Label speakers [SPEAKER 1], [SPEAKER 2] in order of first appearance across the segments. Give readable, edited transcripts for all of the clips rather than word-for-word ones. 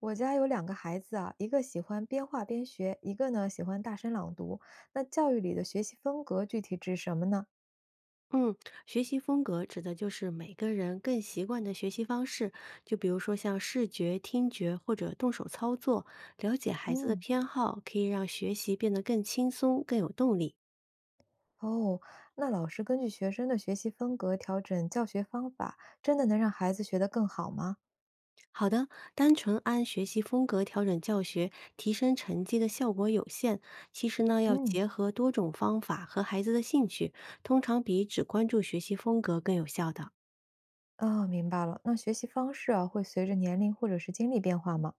[SPEAKER 1] 我家有两个孩子啊，一个喜欢边画边学，一个呢喜欢大声朗读。那教育里的学习风格具体指什么呢？
[SPEAKER 2] 嗯，学习风格指的就是每个人更习惯的学习方式，就比如说像视觉、听觉或者动手操作。了解孩子的
[SPEAKER 1] 嗯，
[SPEAKER 2] 偏好，可以让学习变得更轻松、更有动力。
[SPEAKER 1] 哦，那老师根据学生的学习风格调整教学方法，真的能让孩子学得更好吗？
[SPEAKER 2] 好的，单纯按学习风格调整教学，提升成绩的效果有限。其实呢，要
[SPEAKER 1] 嗯，
[SPEAKER 2] 结合多种方法和孩子的兴趣，通常比只关注学习风格更有效的。
[SPEAKER 1] 哦，明白了。那学习方式啊，会随着年龄或者是经历变化吗？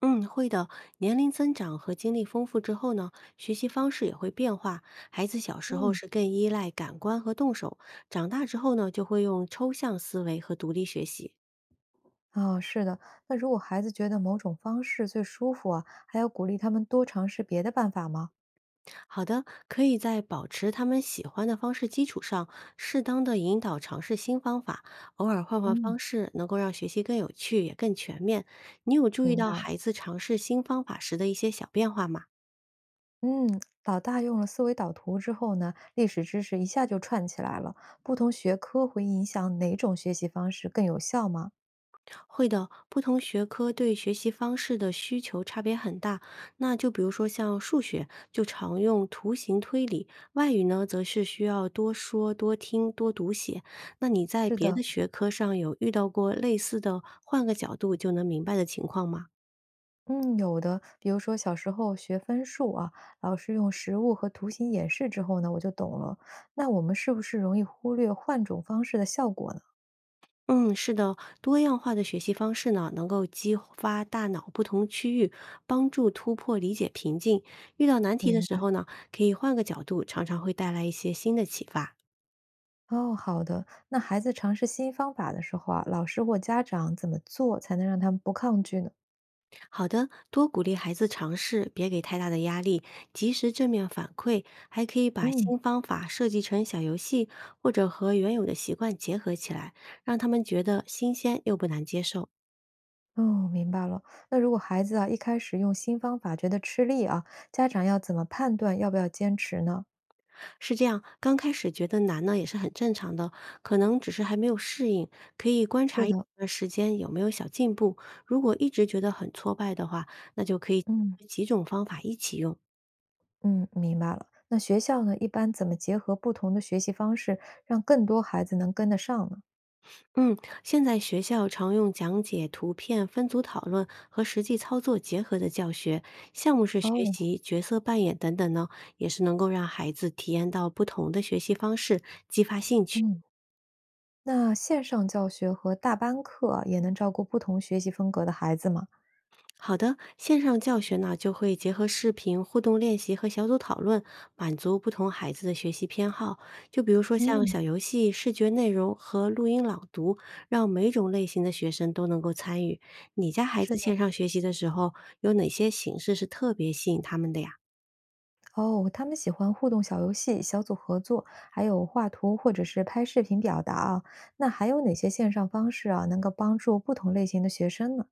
[SPEAKER 2] 嗯，会的。年龄增长和经历丰富之后呢，学习方式也会变化。孩子小时候
[SPEAKER 1] 嗯，
[SPEAKER 2] 是更依赖感官和动手，长大之后呢，就会用抽象思维和独立学习。
[SPEAKER 1] 哦，是的。那如果孩子觉得某种方式最舒服啊，还要鼓励他们多尝试别的办法吗？
[SPEAKER 2] 好的，可以在保持他们喜欢的方式基础上，适当的引导尝试新方法，偶尔换换
[SPEAKER 1] 嗯，
[SPEAKER 2] 方式，能够让学习更有趣，也更全面。你有注意
[SPEAKER 1] 明
[SPEAKER 2] 到
[SPEAKER 1] 白。
[SPEAKER 2] 孩子尝试新方法时的一些小变化吗？
[SPEAKER 1] 嗯，老大用了思维导图之后呢，历史知识一下就串起来了。不同学科会影响哪种学习方式更有效吗？
[SPEAKER 2] 会的，不同学科对学习方式的需求差别很大。那就比如说像数学，就常用图形推理；外语呢，则是需要多说、多听、多读写。那你在
[SPEAKER 1] 是
[SPEAKER 2] 别
[SPEAKER 1] 的，
[SPEAKER 2] 的学科上有遇到过类似的，换个角度就能明白的情况吗？
[SPEAKER 1] 嗯，有的。比如说小时候学分数啊，老师用实物和图形演示之后呢，我就懂了。那我们是不是容易忽略换种方式的效果呢？
[SPEAKER 2] 嗯，是的，多样化的学习方式呢，能够激发大脑不同区域，帮助突破理解瓶颈。遇到难题的
[SPEAKER 1] 明
[SPEAKER 2] 时
[SPEAKER 1] 白。
[SPEAKER 2] 候呢，可以换个角度，常常会带来一些新的启发。
[SPEAKER 1] 哦，好的。那孩子尝试新方法的时候啊，老师或家长怎么做才能让他们不抗拒呢？
[SPEAKER 2] 好的，多鼓励孩子尝试，别给太大的压力，及时正面反馈，还可以把
[SPEAKER 1] 嗯。
[SPEAKER 2] 新方法设计成小游戏，或者和原有的习惯结合起来，让他们觉得新鲜又不难接受。
[SPEAKER 1] 哦，明白了。那如果孩子啊，一开始用新方法觉得吃力啊，家长要怎么判断要不要坚持呢？
[SPEAKER 2] 是这样，刚开始觉得难呢也是很正常的，可能只是还没有适应，可以观察
[SPEAKER 1] 是
[SPEAKER 2] 一
[SPEAKER 1] 的，
[SPEAKER 2] 段时间有没有小进步。如果一直觉得很挫败的话，那就可以
[SPEAKER 1] 嗯
[SPEAKER 2] 几种方法一起用。
[SPEAKER 1] 嗯，明白了。那学校呢，一般怎么结合不同的学习方式，让更多孩子能跟得上呢？
[SPEAKER 2] 嗯，现在学校常用讲解、图片、分组讨论和实际操作结合的教学项目式学
[SPEAKER 1] 哦，
[SPEAKER 2] 习、角色扮演等等呢，也是能够让孩子体验到不同的学习方式，激发兴趣。
[SPEAKER 1] 嗯，那线上教学和大班课啊也能照顾不同学习风格的孩子吗？
[SPEAKER 2] 好的，线上教学呢就会结合视频互动练习和小组讨论，满足不同孩子的学习偏好。就比如说像
[SPEAKER 1] 嗯，
[SPEAKER 2] 小游戏、视觉内容和录音朗读，让每种类型的学生都能够参与。你家孩
[SPEAKER 1] 是
[SPEAKER 2] 子
[SPEAKER 1] 的。
[SPEAKER 2] 线上学习的时候，有哪些形式是特别吸引他们的呀？
[SPEAKER 1] 哦，他们喜欢互动小游戏、小组合作，还有画图或者是拍视频表达啊。那还有哪些线上方式啊，能够帮助不同类型的学生呢？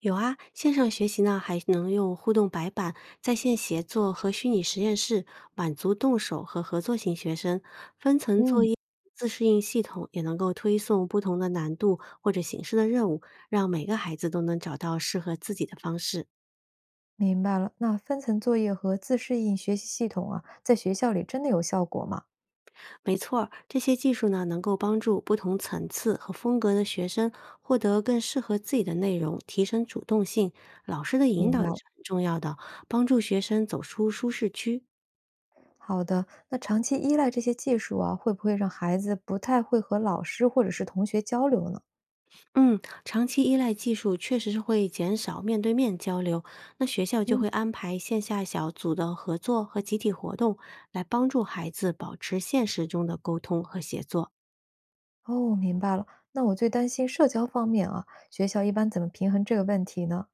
[SPEAKER 2] 有啊，线上学习呢还能用互动白板、在线协作和虚拟实验室，满足动手和合作型学生。分层作
[SPEAKER 1] 嗯，
[SPEAKER 2] 业、自适应系统也能够推送不同的难度或者形式的任务，让每个孩子都能找到适合自己的方式。
[SPEAKER 1] 明白了。那分层作业和自适应学习系统啊，在学校里真的有效果吗？
[SPEAKER 2] 没错儿这些技术呢能够帮助不同层次和风格的学生获得更适合自己的内容，提升主动性。老师的引
[SPEAKER 1] 明
[SPEAKER 2] 导
[SPEAKER 1] 白
[SPEAKER 2] 也
[SPEAKER 1] 了。
[SPEAKER 2] 是很重要的，帮助学生走出舒适区。
[SPEAKER 1] 好的，那长期依赖这些技术啊，会不会让孩子不太会和老师或者是同学交流呢？
[SPEAKER 2] 嗯，长期依赖技术确实是会减少面对面交流，那学校就
[SPEAKER 1] 嗯，
[SPEAKER 2] 会安排线下小组的合作和集体活动，来帮助孩子保持现实中的沟通和协作。
[SPEAKER 1] 哦，明白了。那我最担心社交方面啊，学校一般怎么平衡这个问题呢？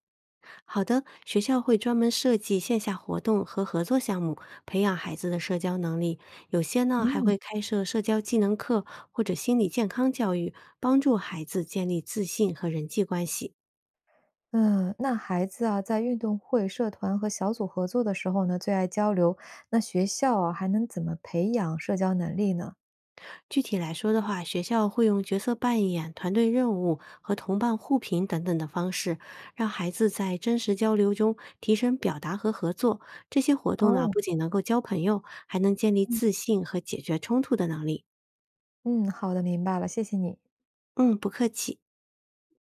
[SPEAKER 2] 好的，学校会专门设计线下活动和合作项目，培养孩子的社交能力。有些呢还
[SPEAKER 1] 嗯。
[SPEAKER 2] 会开设社交技能课或者心理健康教育，帮助孩子建立自信和人际关系。
[SPEAKER 1] 嗯，那孩子啊，在运动会、社团和小组合作的时候呢，最爱交流。那学校啊，还能怎么培养社交能力呢？
[SPEAKER 2] 具体来说的话，学校会用角色扮演、团队任务和同伴互评等等的方式，让孩子在真实交流中提升表达和合作。这些活动呢，
[SPEAKER 1] 哦，
[SPEAKER 2] 不仅能够交朋友，还能建立
[SPEAKER 1] 嗯，
[SPEAKER 2] 自信和解决冲突的能力。
[SPEAKER 1] 嗯，好的，明白了，谢谢你。
[SPEAKER 2] 嗯，不客气。